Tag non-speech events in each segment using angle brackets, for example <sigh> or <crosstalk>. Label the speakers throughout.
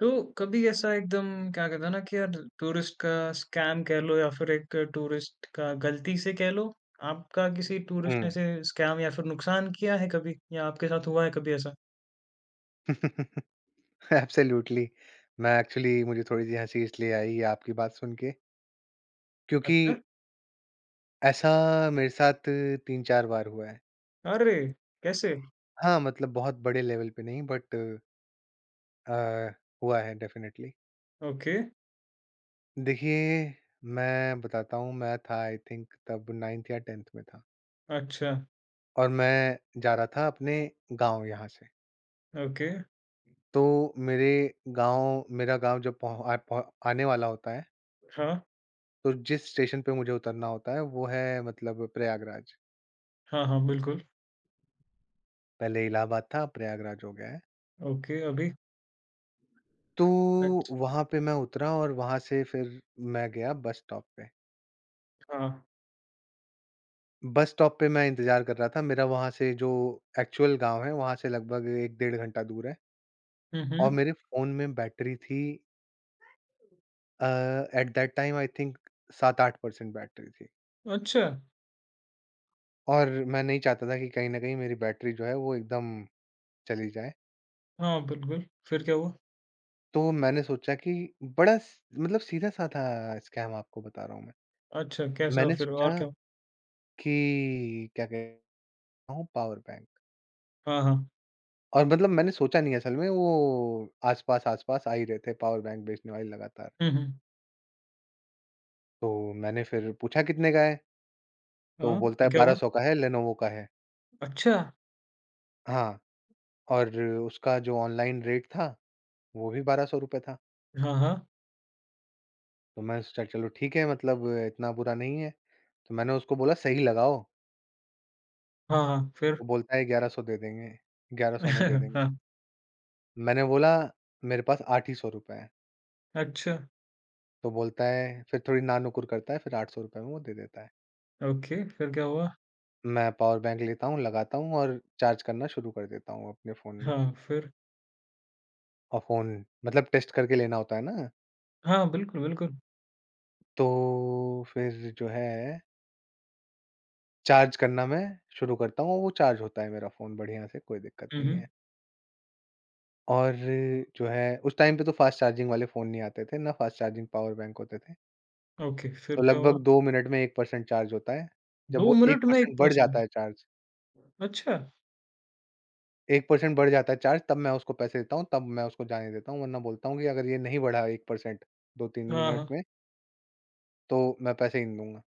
Speaker 1: तो कभी ऐसा एकदम क्या कहते हैं ना कि यार टूरिस्ट का स्कैम कह लो या फिर एक टूरिस्ट का गलती से कह लो, आपका किसी टूरिस्ट
Speaker 2: हुँ।
Speaker 1: ने से स्कैम या फिर नुकसान किया है कभी या आपके साथ हुआ है कभी ऐसा?
Speaker 2: एब्सोल्यूटली। <laughs> मैं एक्चुअली मुझे थोड़ी-सी हँसी इसलिए आई ये आपकी बात सुन के क्योंकि
Speaker 1: अच्छा।
Speaker 2: ऐसा मेरे साथ 3-4 बार हुआ है।
Speaker 1: अरे! कैसे?
Speaker 2: हाँ, मतलब बहुत बड़े लेवल पे नहीं बट अ, हुआ है डेफ़िनेटली।
Speaker 1: ओके।
Speaker 2: देखिए, मैं बताता हूँ मैं था आई थिंक तब 9th या 10th में था
Speaker 1: अच्छा।
Speaker 2: और मैं जा रहा था अपने गाँव यहाँ से।
Speaker 1: ओके।
Speaker 2: तो मेरे गाँव मेरा गाँव जब पह आ पह आने वाला होता है,
Speaker 1: हाँ।
Speaker 2: तो जिस स्टेशन पे मुझे उतरना होता है वो है मतलब प्रयागराज।
Speaker 1: हाँ, हाँ, बिल्कुल।
Speaker 2: पहले इलाहाबाद था, अब प्रयागराज हो गया है।
Speaker 1: ओके, अभी
Speaker 2: तो
Speaker 1: अच्छा।
Speaker 2: वहाँ पे मैं उतरा और वहाँ से फिर मैं गया बस स्टॉप पे।
Speaker 1: हाँ।
Speaker 2: बस स्टॉप पे मैं इंतज़ार कर रहा था, मेरा वहाँ से जो एक्चुअल गाँव है, वहाँ से लगभग 1 डेढ़ घंटा दूर है
Speaker 1: हुँ,
Speaker 2: और
Speaker 1: हुँ।
Speaker 2: मेरे फ़ोन में बैटरी थी uh, at that time I think 7-8 percent battery थी
Speaker 1: अच्छा।
Speaker 2: और मैं नहीं चाहता था कि कहीं न कहीं मेरी बैटरी जो है वो एकदम चली जाए।
Speaker 1: हाँ, बिल्कुल, फिर क्या हुआ?
Speaker 2: तो मैंने सोचा कि बड़ा स मतलब सीधा-साधा स्कैम आपको बता रहा हूँ मैं।
Speaker 1: अच्छा, कैसा हुआ
Speaker 2: मैंने
Speaker 1: फिर
Speaker 2: सोचा
Speaker 1: और क्या हुआ?
Speaker 2: कि क्या कह हूँ पावर बैंक
Speaker 1: हाँ, हाँ।
Speaker 2: और मतलब मैंने सोचा नहीं असल में वो आसपास आसपास आ ही रहे थे पावर बैंक बेचने वाले लगातार।
Speaker 1: हुँ, हुँ।
Speaker 2: तो मैंने फिर पूछा कितने का है? तो
Speaker 1: हाँ,
Speaker 2: बोलता
Speaker 1: फिर
Speaker 2: है
Speaker 1: क्या हुआ?
Speaker 2: 1200 का है लेनोवो का है।
Speaker 1: अच्छा।
Speaker 2: हाँ, और उसका जो ऑनलाइन रेट था वो भी ₹1200 था।
Speaker 1: हाँ, हाँ।
Speaker 2: तो मैं सोचा चलो ठीक है मतलब इतना बुरा नहीं है। तो मैंने उसको बोला सही लगाओ,
Speaker 1: हाँ, हाँ, फिर?
Speaker 2: तो बोलता है 1100 दे देंगे, 1100 में दे
Speaker 1: <laughs>
Speaker 2: देंगे।
Speaker 1: हाँ।
Speaker 2: मैंने बोला मेरे पास 800 ही रुपए हैं।
Speaker 1: अच्छा।
Speaker 2: तो बोलता है फिर थोड़ी नानुकुर करता है फिर ₹800 में वो दे देता है।
Speaker 1: ओके, फिर क्या हुआ?
Speaker 2: मैं पावर बैंक लेता हूँ, लगाता हूँ और चार्ज करना शुरू कर देता हूँ अपने फ़ोन में।
Speaker 1: हाँ, फिर
Speaker 2: और फ़ोन मतलब टेस्ट करके लेना होता है ना,
Speaker 1: हाँ, बिल्कुल, बिल्कुल।
Speaker 2: तो फिर जो है चार्ज करना मैं शुरू करता हूँ और वो चार्ज होता है मेरा फ़ोन बढ़िया से, कोई दिक्कत
Speaker 1: हुँ,
Speaker 2: नहीं
Speaker 1: हुँ।
Speaker 2: है। और जो है उस टाइम पे तो फ़ास्ट चार्जिंग वाले फ़ोन नहीं आते थे, ना फ़ास्ट चार्जिंग पावर बैंक होते थे।
Speaker 1: ओके, फिर
Speaker 2: तो
Speaker 1: क्या हुआ?
Speaker 2: लगभग 2 मिनट में 1% चार्ज होता है। जब
Speaker 1: 2
Speaker 2: वो
Speaker 1: मिनट में
Speaker 2: 1% बढ़
Speaker 1: 1%?
Speaker 2: जाता है चार्ज
Speaker 1: अच्छा।
Speaker 2: 1% बढ़ जाता है चार्ज तब मैं उसको पैसे देता हूँ, तब मैं उसको जाने देता हूँ, वरना बोलता हूँ कि अगर ये नहीं बढ़ा 1% 2-3
Speaker 1: हाँ,
Speaker 2: मिनट
Speaker 1: हाँ।
Speaker 2: में तो मैं पैसे ही नहीं दूँगा।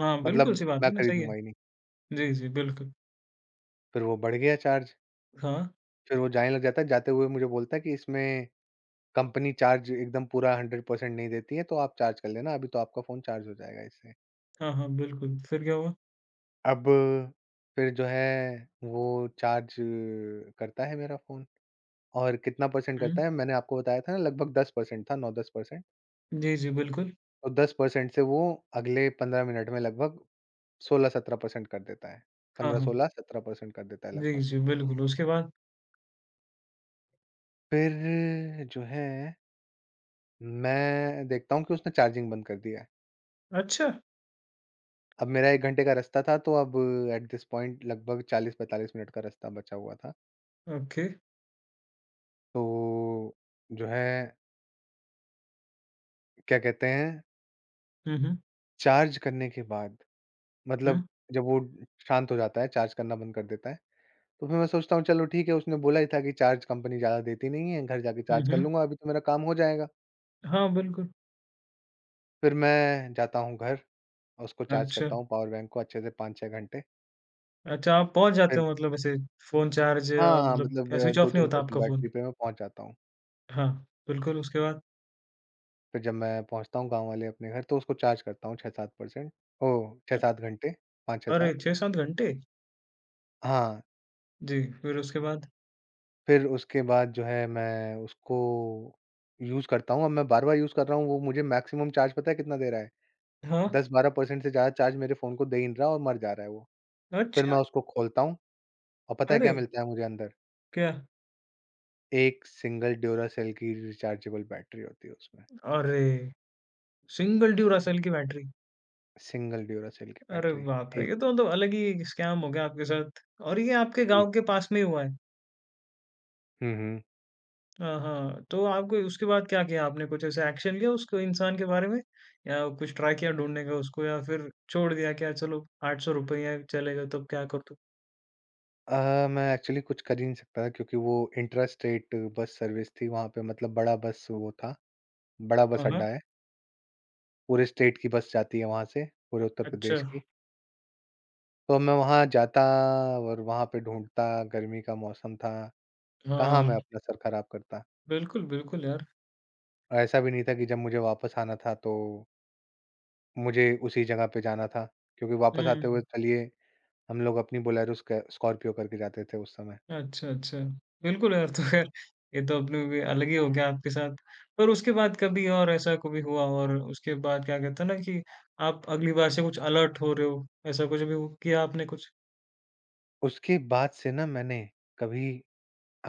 Speaker 1: हाँ, बिल्कुल
Speaker 2: मतलब
Speaker 1: सी बात
Speaker 2: मैं
Speaker 1: है ना, सही है।
Speaker 2: खरीदूँगा ही नहीं।
Speaker 1: जी, जी, बिल्कुल।
Speaker 2: फिर वो बढ़ गया चार्ज,
Speaker 1: हाँ,
Speaker 2: फिर वो जाने लग जाता है, जाते हुए मुझे बोलता है कि इसमें कंपनी चार्ज एकदम पूरा 100% नहीं देती है, तो आप चार्ज कर लेना, अभी तो आपका फ़ोन चार्ज हो जाएगा इससे।
Speaker 1: हाँ। हाँ, बिल्कुल, फिर क्या हुआ?
Speaker 2: अब फिर जो है वो चार्ज करता है मेरा फ़ोन और कितना परसेंट
Speaker 1: हुँ।
Speaker 2: करता है, मैंने आपको बताया था ना लगभग 10% था, 9-10 परसेंट।
Speaker 1: जी, जी, बिल्कुल।
Speaker 2: तो 10% से वो अगले 15 मिनट में लगभग 16-17 परसेंट कर देता है।
Speaker 1: हाँ, हाँ।
Speaker 2: 15-16, 17% कर देता है
Speaker 1: जी,
Speaker 2: लगभग।
Speaker 1: जी, बिल्कुल, उसके बाद?
Speaker 2: फिर जो है मैं देखता हूँ कि उसने चार्जिंग बंद कर दिया है।
Speaker 1: अच्छा।
Speaker 2: अब मेरा 1 घंटे का रास्ता था तो अब एट दिस पॉइंट लगभग 40-45 मिनट का रास्ता बचा हुआ था।
Speaker 1: ओके।
Speaker 2: तो जो है क्या कहते हैं
Speaker 1: हुँ, हुँ।
Speaker 2: चार्ज करने के बाद मतलब
Speaker 1: हुँ।
Speaker 2: जब वो शांत हो जाता है, चार्ज करना बंद कर देता है, तो फिर मैं सोचता हूँ चलो ठीक है उसने बोला ही था कि चार्ज कंपनी ज़्यादा देती नहीं है, घर जाके
Speaker 1: हुँ,
Speaker 2: चार्ज कर
Speaker 1: हुँ।
Speaker 2: लूँगा अभी तो मेरा काम हो जाएगा।
Speaker 1: हाँ, बिल्कुल।
Speaker 2: फिर मैं जाता हूँ घर और उसको चार्ज
Speaker 1: अच्छा,
Speaker 2: करता हूँ पावर बैंक को अच्छे से 5-6 घंटे।
Speaker 1: अच्छा, आप पहुँच जाते
Speaker 2: फिर
Speaker 1: हो मतलब ऐसे फ़ोन चार्ज
Speaker 2: हाँ, हाँ
Speaker 1: मतलब
Speaker 2: मतलब
Speaker 1: स्विच ऑफ नहीं होता
Speaker 2: 2-3%
Speaker 1: आपका
Speaker 2: बैटरी
Speaker 1: फ़ोन?
Speaker 2: पे मैं पहुँच जाता हूँ।
Speaker 1: हाँ, बिल्कुल, उसके बाद?
Speaker 2: फिर जब मैं पहुँचता हूँ गाँव वाले अपने घर तो उसको चार्ज करता हूँ 6-7 परसेंट ओह!
Speaker 1: अच्छा।
Speaker 2: 6-7 घंटे
Speaker 1: अरे
Speaker 2: 5-6-7
Speaker 1: 6-7 घंटे?
Speaker 2: हाँ,
Speaker 1: जी, फिर उसके बाद?
Speaker 2: फिर उसके बाद जो है मैं उसको यूज़ करता हूँ। अब मैं बार-बार यूज़ कर रहा हूँ वो मुझे मैक्सिमम चार्ज पता है कितना दे रहा है?
Speaker 1: हाँ।
Speaker 2: 10-12 परसेंट से ज़्यादा चार्ज मेरे फ़ोन को दे ही नहीं रहा और मर जा रहा है वो। फिर
Speaker 1: अच्छा!
Speaker 2: मैं उसको खोलता हूँ और पता है क्या
Speaker 1: अरे!
Speaker 2: मिलता है मुझे अंदर?
Speaker 1: क्या?
Speaker 2: एक सिंगल ड्यूरासेल की रिचार्जेबल बैटरी होती है उसमें।
Speaker 1: अरे! सिंगल ड्यूरासेल की बैटरी।
Speaker 2: सिंगल ड्यूरासेल की
Speaker 1: अरे
Speaker 2: बैटरी।
Speaker 1: बाप रे! ये
Speaker 2: एक
Speaker 1: तो मतलब अलग ही स्कैम हो गया आपके साथ और ये आपके
Speaker 2: जी।
Speaker 1: गाँव के पास में ही हुआ है?
Speaker 2: हुँ, हुँ।
Speaker 1: हाँ, हाँ। तो आपको उसके बाद क्या किया आपने? कुछ ऐसा एक्शन लिया उसको इंसान के बारे में या कुछ ट्राई किया ढूँढने का उसको या फिर छोड़ दिया क्या चलो ₹800 चलेगा तब क्या कर तू?
Speaker 2: मैं एक्चुअली कुछ कर ही नहीं सकता था, क्योंकि वो इंट्रा स्टेट बस सर्विस थी वहाँ पे मतलब बड़ा
Speaker 1: हाँ,
Speaker 2: बस
Speaker 1: हाँ।
Speaker 2: अड्डा है। पूरे स्टेट की बस जाती है वहाँ से, पूरे उत्तर
Speaker 1: अच्छा।
Speaker 2: प्रदेश की। तो मैं वहाँ जाता और वहाँ पे ढूँढता, गर्मी का मौसम था, कहाँ मैं
Speaker 1: हाँ,
Speaker 2: अपना सर खराब करता।
Speaker 1: बिल्कुल, बिल्कुल यार।
Speaker 2: और ऐसा भी नहीं था कि जब मुझे वापस आना था तो मुझे उसी जगह पे जाना था, क्योंकि वापस आते हुए
Speaker 1: हुँ।
Speaker 2: चलिए हम लोग अपनी बोलेरो स्क स्कॉर्पियो करके जाते थे उस समय।
Speaker 1: अच्छा, अच्छा। बिल्कुल यार, तो ख़ैर ये तो अपने भी अलग ही हो गया आपके साथ। पर उसके बाद कभी और ऐसा कभी हुआ और उसके बाद क्या कहते हैं ना कि आप अगली बार से कुछ अलर्ट हो रहे हो, ऐसा कुछ भी किया आपने कुछ?
Speaker 2: उसके बाद से ना मैंने कभी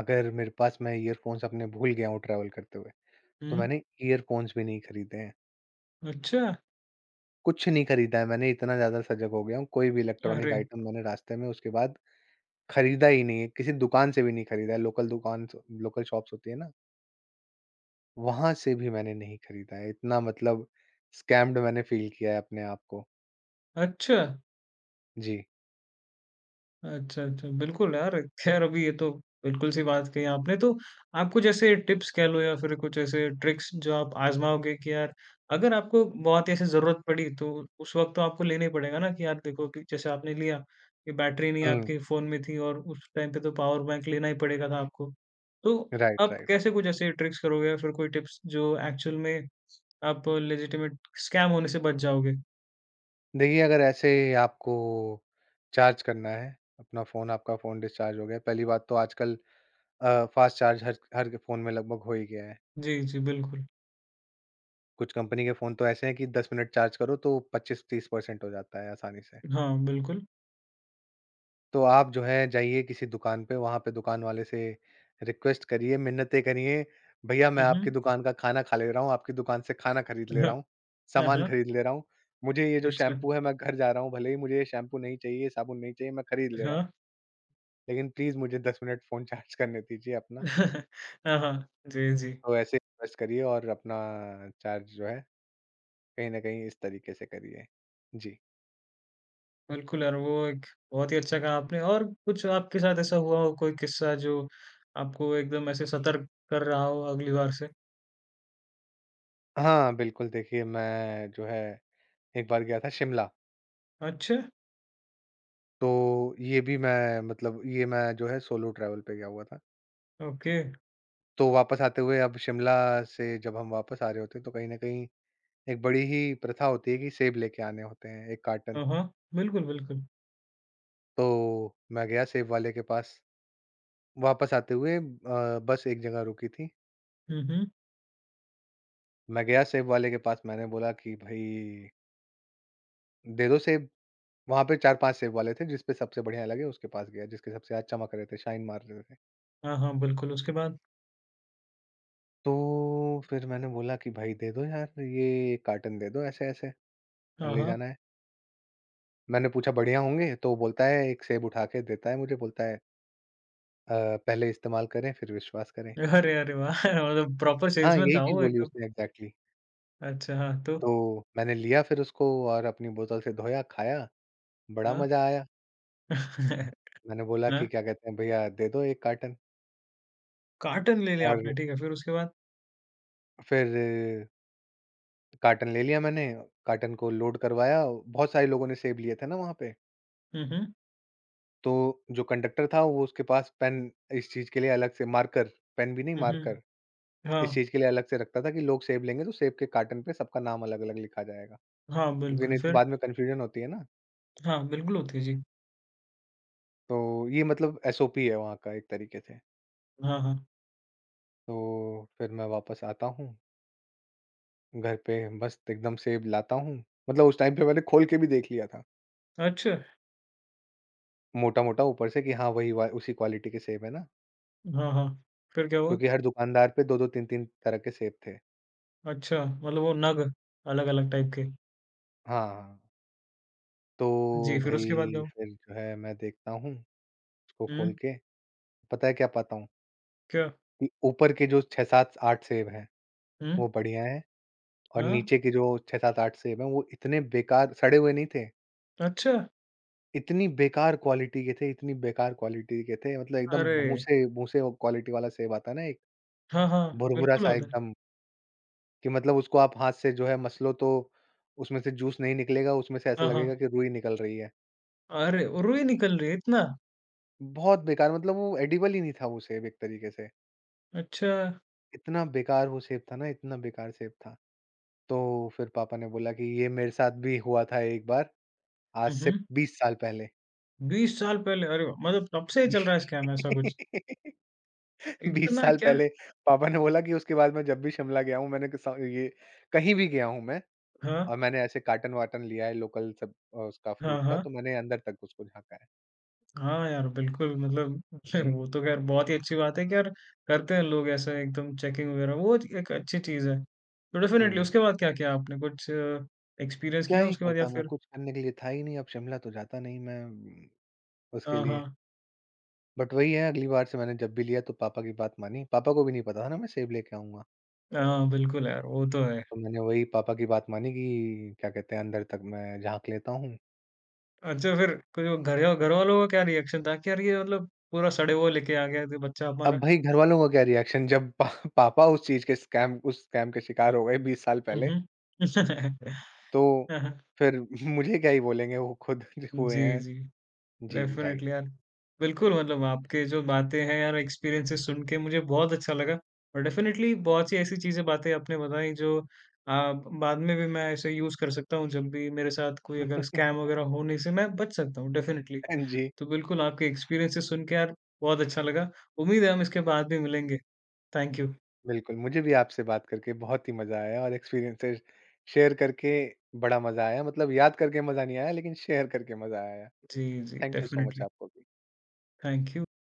Speaker 2: अगर मेरे पास मैं ईयरफ़ोन्स अपने भूल गया हूँ ट्रैवल करते हुए, तो
Speaker 1: हुँ।
Speaker 2: मैंने ईयरफ़ोन्स भी नहीं खरीदे हैं।
Speaker 1: अच्छा।
Speaker 2: कुछ नहीं खरीदा है मैंने, इतना ज़्यादा सजग हो गया हूँ, कोई भी इलेक्ट्रॉनिक
Speaker 1: अरे!
Speaker 2: आइटम मैंने रास्ते में उसके बाद खरीदा ही नहीं है, किसी दुकान से भी नहीं खरीदा है। लोकल दुकान स लोकल शॉप्स होती है ना, वहाँ से भी मैंने नहीं खरीदा है। इतना मतलब स्कैम्ड मैंने फ़ील किया है अपने आप को।
Speaker 1: अच्छा।
Speaker 2: जी।
Speaker 1: अच्छा, अच्छा। बिल्कुल यार, ख़ैर अभी ये तो बिल्कुल-सी बात कही आपने। तो आपको जैसे टिप्स कह लो या फिर कुछ ऐसे ट्रिक्स जो आप आज़माओगे कि यार अगर आपको बहुत ही ऐसे ज़रूरत पड़ी तो उस वक़्त तो आपको लेना ही पड़ेगा ना कि यार देखो कि जैसे आपने लिया कि बैटरी नहीं
Speaker 2: हुँ।
Speaker 1: आपके फ़ोन में थी और उस टाइम पे तो पावर बैंक लेना ही पड़ेगा था आपको। तो
Speaker 2: राइट,
Speaker 1: अब
Speaker 2: राइट।
Speaker 1: कैसे कुछ ऐसे ट्रिक्स करोगे या फिर कोई टिप्स जो एक्चुअल में आप लेजिटिमेट स्कैम होने से बच जाओगे?
Speaker 2: देखिए, अगर ऐसे आपको चार्ज करना है, अपना फ़ोन आपका फ़ोन डिस्चार्ज हो गया, पहली बात तो आजकल फ़ास्ट चार्ज हर हर फ़ोन में लगभग हो ही गया है।
Speaker 1: जी, जी, बिल्कुल।
Speaker 2: कुछ कंपनी के फ़ोन तो ऐसे हैं कि 10 मिनट चार्ज करो तो 25-30 परसेंट हो जाता है आसानी से।
Speaker 1: हाँ, बिल्कुल।
Speaker 2: तो आप जो है जाइए किसी दुकान पे, वहाँ पे दुकान वाले से रिक्वेस्ट करिए, मिन्नतें करिए, भैया मैं
Speaker 1: हुँ,
Speaker 2: आपकी
Speaker 1: हुँ।
Speaker 2: दुकान का खाना खा ले रहा हूँ, आपकी दुकान से खाना खरीद
Speaker 1: <laughs>
Speaker 2: ले
Speaker 1: हाँ,
Speaker 2: रहा हूँ,
Speaker 1: हाँ,
Speaker 2: सामान
Speaker 1: हाँ।
Speaker 2: खरीद ले रहा हूँ। मुझे ये जो
Speaker 1: अच्छा।
Speaker 2: शैम्पू है मैं घर जा रहा हूँ, भले ही मुझे ये शैम्पू नहीं चाहिए, ये साबुन नहीं चाहिए, मैं खरीद ले रहा
Speaker 1: हाँ।
Speaker 2: हूँ। लेकिन प्लीज़ मुझे 10 मिनट फ़ोन चार्ज करने दीजिए अपना।
Speaker 1: <laughs> हाँ, हाँ। जी, जी।
Speaker 2: तो ऐसे रिक्वेस्ट करिए और अपना चार्ज जो है कहीं न कहीं इस तरीके से करी है। जी।
Speaker 1: बिल्कुल यार, वो एक बहुत ही अच्छा कहा आपने और कुछ आपके साथ ऐसा हुआ हो कोई किस्सा जो आपको एकदम ऐसे सतर्क कर रहा हो अगली बार से?
Speaker 2: हाँ, बिल्कुल देखिए मैं जो है एक बार गया था शिमला,
Speaker 1: अच्छा।
Speaker 2: तो ये मैं जो है सोलो ट्रैवल पे गया हुआ था।
Speaker 1: ओके।
Speaker 2: तो वापस आते हुए अब शिमला से जब हम वापस आ रहे होते हैं, तो कहीं न कहीं एक बड़ी ही प्रथा होती है कि सेब लेके आने होते हैं 1 कार्टन।
Speaker 1: हाँ, हाँ। बिल्कुल, बिल्कुल।
Speaker 2: तो मैं गया सेब वाले के पास, वापस आते हुए बस एक जगह रुकी थी।
Speaker 1: हुँ, हुँ।
Speaker 2: मैं गया सेब वाले के पास मैंने बोला कि, "भई दे दो सेब।" वहाँ पे 4-5 सेब वाले थे, जिसपे सबसे बढ़िया लगे उसके पास गया, जिसके सबसे आज चमक रहे थे, शाइन मार रहे थे।
Speaker 1: हाँ, हाँ, बिल्कुल उसके बाद?
Speaker 2: तो फिर मैंने बोला कि भाई दे दो यार ये कार्टन दे दो ऐसे-ऐसे,
Speaker 1: हाँ,
Speaker 2: ले
Speaker 1: हाँ।
Speaker 2: जाना है। मैंने पूछा बढ़िया होंगे? तो बोलता है एक सेब उठा के देता है मुझे, बोलता है "पहले इस्तेमाल करें फिर विश्वास करें।"
Speaker 1: अरे, अरे वाह! <laughs> मतलब प्रॉपर
Speaker 2: हाँ,
Speaker 1: सेल्समैन
Speaker 2: यही
Speaker 1: था
Speaker 2: चीज़
Speaker 1: वो
Speaker 2: बोली
Speaker 1: एकदम।
Speaker 2: उसने एग्ज़ैक्टली।
Speaker 1: अच्छा, हाँ तो?
Speaker 2: तो मैंने लिया फिर उसको और अपनी बोतल से धोया, खाया, बड़ा
Speaker 1: हाँ।
Speaker 2: मज़ा आया।
Speaker 1: <laughs>
Speaker 2: मैंने बोला कि
Speaker 1: हाँ,
Speaker 2: क्या कहते हैं भैया दे दो 1 कार्टन
Speaker 1: कार्टन ले लिया
Speaker 2: और
Speaker 1: आपने ठीक है फिर उसके बाद?
Speaker 2: फिर कार्टन ले लिया मैंने, कार्टन को लोड करवाया, बहुत सारे लोगों ने सेब लिए थे ना वहाँ पे,
Speaker 1: हुँ, हुँ।
Speaker 2: तो जो कंडक्टर था वो उसके पास पेन इस चीज़ के लिए अलग से मार्कर, पेन भी नहीं
Speaker 1: हुँ, हुँ।
Speaker 2: मार्कर, इस
Speaker 1: हाँ,
Speaker 2: चीज़ के लिए अलग से रखता था कि लोग सेब लेंगे तो सेब के कार्टन पे सबका नाम अलग-अलग लिखा जाएगा,
Speaker 1: हाँ
Speaker 2: क्योंकि
Speaker 1: बिल्कुल
Speaker 2: नहीं तो
Speaker 1: फिर?
Speaker 2: बाद में कन्फ्यूजन होती है ना,
Speaker 1: हाँ, बिल्कुल होती है, जी।
Speaker 2: तो ये मतलब एसओपी है वहाँ का एक तरीके से।
Speaker 1: हाँ, हाँ।
Speaker 2: तो फिर मैं वापस आता हूँ, घर पे मस्त एकदम सेब लाता हूँ, मतलब उस टाइम पे मैंने खोल के भी देख लिया था,
Speaker 1: अच्छा!
Speaker 2: मोटा-मोटा ऊपर से कि हाँ वही वा उसी क्वालिटी के सेब है ना।
Speaker 1: हाँ, हाँ। फिर क्या हुआ?
Speaker 2: क्योंकि हर दुकानदार पे 2-2 3-3 तरह के सेब थे।
Speaker 1: अच्छा, मतलब वो नग अलग-अलग टाइप के।
Speaker 2: हाँ, तो
Speaker 1: जी, फिर उसके बाद क्या
Speaker 2: भई
Speaker 1: हुआ?
Speaker 2: फिर जो है मैं देखता हूँ उसको
Speaker 1: हुँ।
Speaker 2: खोल के, पता है क्या पाता हूँ?
Speaker 1: क्या?
Speaker 2: कि ऊपर के जो 6 7 8 सेब हैं,
Speaker 1: हुँ।
Speaker 2: वो बढ़िया हैं और
Speaker 1: हाँ,
Speaker 2: नीचे के जो 6 7 8 सेब हैं वो इतने बेकार सड़े हुए नहीं थे,
Speaker 1: अच्छा!
Speaker 2: इतनी बेकार क्वालिटी के थे इतनी बेकार क्वालिटी के थे मतलब एकदम
Speaker 1: अरे!
Speaker 2: भूसे भूसे वो क्वालिटी वाला सेब आता है ना एक,
Speaker 1: हाँ, हाँ, बिल्कुल
Speaker 2: भुरभुरा-सा
Speaker 1: आता है।
Speaker 2: एकदम कि मतलब उसको आप हाथ से जो है मसलो तो उसमें से जूस नहीं निकलेगा, उसमें से ऐसा
Speaker 1: हाँ, हाँ।
Speaker 2: लगेगा कि रुई निकल रही है।
Speaker 1: अरे! रुई निकल रही है इतना?
Speaker 2: बहुत बेकार मतलब वो एडिबल ही नहीं था वो सेब एक तरीके से।
Speaker 1: अच्छा।
Speaker 2: इतना बेकार वो सेब था ना, इतना बेकार सेब था। तो फिर पापा ने बोला कि ये मेरे साथ भी हुआ था एक बार, आज
Speaker 1: हुँ,
Speaker 2: से
Speaker 1: हुँ।
Speaker 2: 20 साल पहले।
Speaker 1: 20 साल पहले! अरे वाह! मतलब तब से ही चल रहा है स्कैम ऐसा कुछ?
Speaker 2: <laughs> 20
Speaker 1: इतना
Speaker 2: साल
Speaker 1: क्या?
Speaker 2: पहले पापा ने बोला कि उसके बाद मैं जब भी शिमला गया हूँ, मैंने किसा ये कहीं भी गया हूँ मैं
Speaker 1: हाँ,
Speaker 2: और मैंने ऐसे कार्टन-वार्टन लिया है लोकल सब उसका
Speaker 1: हाँ,
Speaker 2: फ्रूट का
Speaker 1: हाँ।
Speaker 2: तो मैंने अंदर तक उसको झाँका है।
Speaker 1: हाँ यार, बिल्कुल मतलब <laughs>
Speaker 2: जी।
Speaker 1: वो तो ख़ैर बहुत ही अच्छी बात है कि यार करते हैं लोग ऐसा एकदम चेकिंग वग़ैरह, वो एक अच्छी चीज़ है। तो
Speaker 2: हुँ,
Speaker 1: डेफ़िनेटली
Speaker 2: हुँ।
Speaker 1: उसके बाद क्या किया आपने? कुछ एक्सपीरियंस
Speaker 2: क्या
Speaker 1: किया
Speaker 2: ही
Speaker 1: उसके बाद या
Speaker 2: करता मैं,
Speaker 1: फिर
Speaker 2: कुछ करने के लिए था ही नहीं, अब शिमला तो जाता नहीं मैं उसके
Speaker 1: हाँ,
Speaker 2: लिए।
Speaker 1: हाँ।
Speaker 2: बट वही है अगली बार से मैंने जब भी लिया तो पापा की बात मानी। पापा को भी नहीं पता था ना मैं सेब लेके आऊँगा।
Speaker 1: हाँ, बिल्कुल यार, वो तो है।
Speaker 2: तो मैंने वही पापा की बात मानी कि क्या कहते हैं अंदर तक मैं झाँक लेता हूँ।
Speaker 1: अच्छा फिर कोई वो घर या घरवालों का क्या रिएक्शन था कि यार ये मतलब पूरा सड़े हुए लेके आ गया ये बच्चा हमारा?
Speaker 2: अब भाई घरवालों का क्या रिएक्शन जब पा पापा उस स्कैम के शिकार हो गए 20 साल
Speaker 1: हुँ,
Speaker 2: पहले,
Speaker 1: हुँ। <laughs>
Speaker 2: तो
Speaker 1: हाँ, हाँ।
Speaker 2: फिर <laughs> मुझे क्या ही बोलेंगे वो खुद <laughs> हुए
Speaker 1: जी,
Speaker 2: हैं।
Speaker 1: जी।
Speaker 2: जी, राइट।
Speaker 1: डेफ़िनिटली यार। बिल्कुल, मतलब आपके जो बातें हैं यार एक्सपीरियंसेस सुन के मुझे बहुत अच्छा लगा और डेफ़िनिटली बहुत सी ऐसी चीज़ें बातें आपने बताई जो अ, बाद में भी मैं इसे यूज़ कर सकता हूँ जब भी मेरे साथ कोई अगर स्कैम वग़ैरह होने
Speaker 2: <laughs>
Speaker 1: से मैं बच सकता हूँ डेफ़िनिटली।
Speaker 2: हाँ जी,
Speaker 1: तो बिल्कुल आपके एक्सपीरियंसेस सुन के यार बहुत अच्छा लगा। उम्मीद है हम इसके बाद भी मिलेंगे। Thank you.
Speaker 2: बिल्कुल। मुझे भी आपसे बात करके बहुत ही मज़ा आया और एक्सपीरियंसेस शेयर करके बड़ा मज़ा आया। मतलब याद करके मज़ा नहीं आया लेकिन शेयर करके मज़ा आया।
Speaker 1: जी, जी
Speaker 2: Thank you so much,
Speaker 1: definitely.
Speaker 2: Apu.
Speaker 1: Thank you.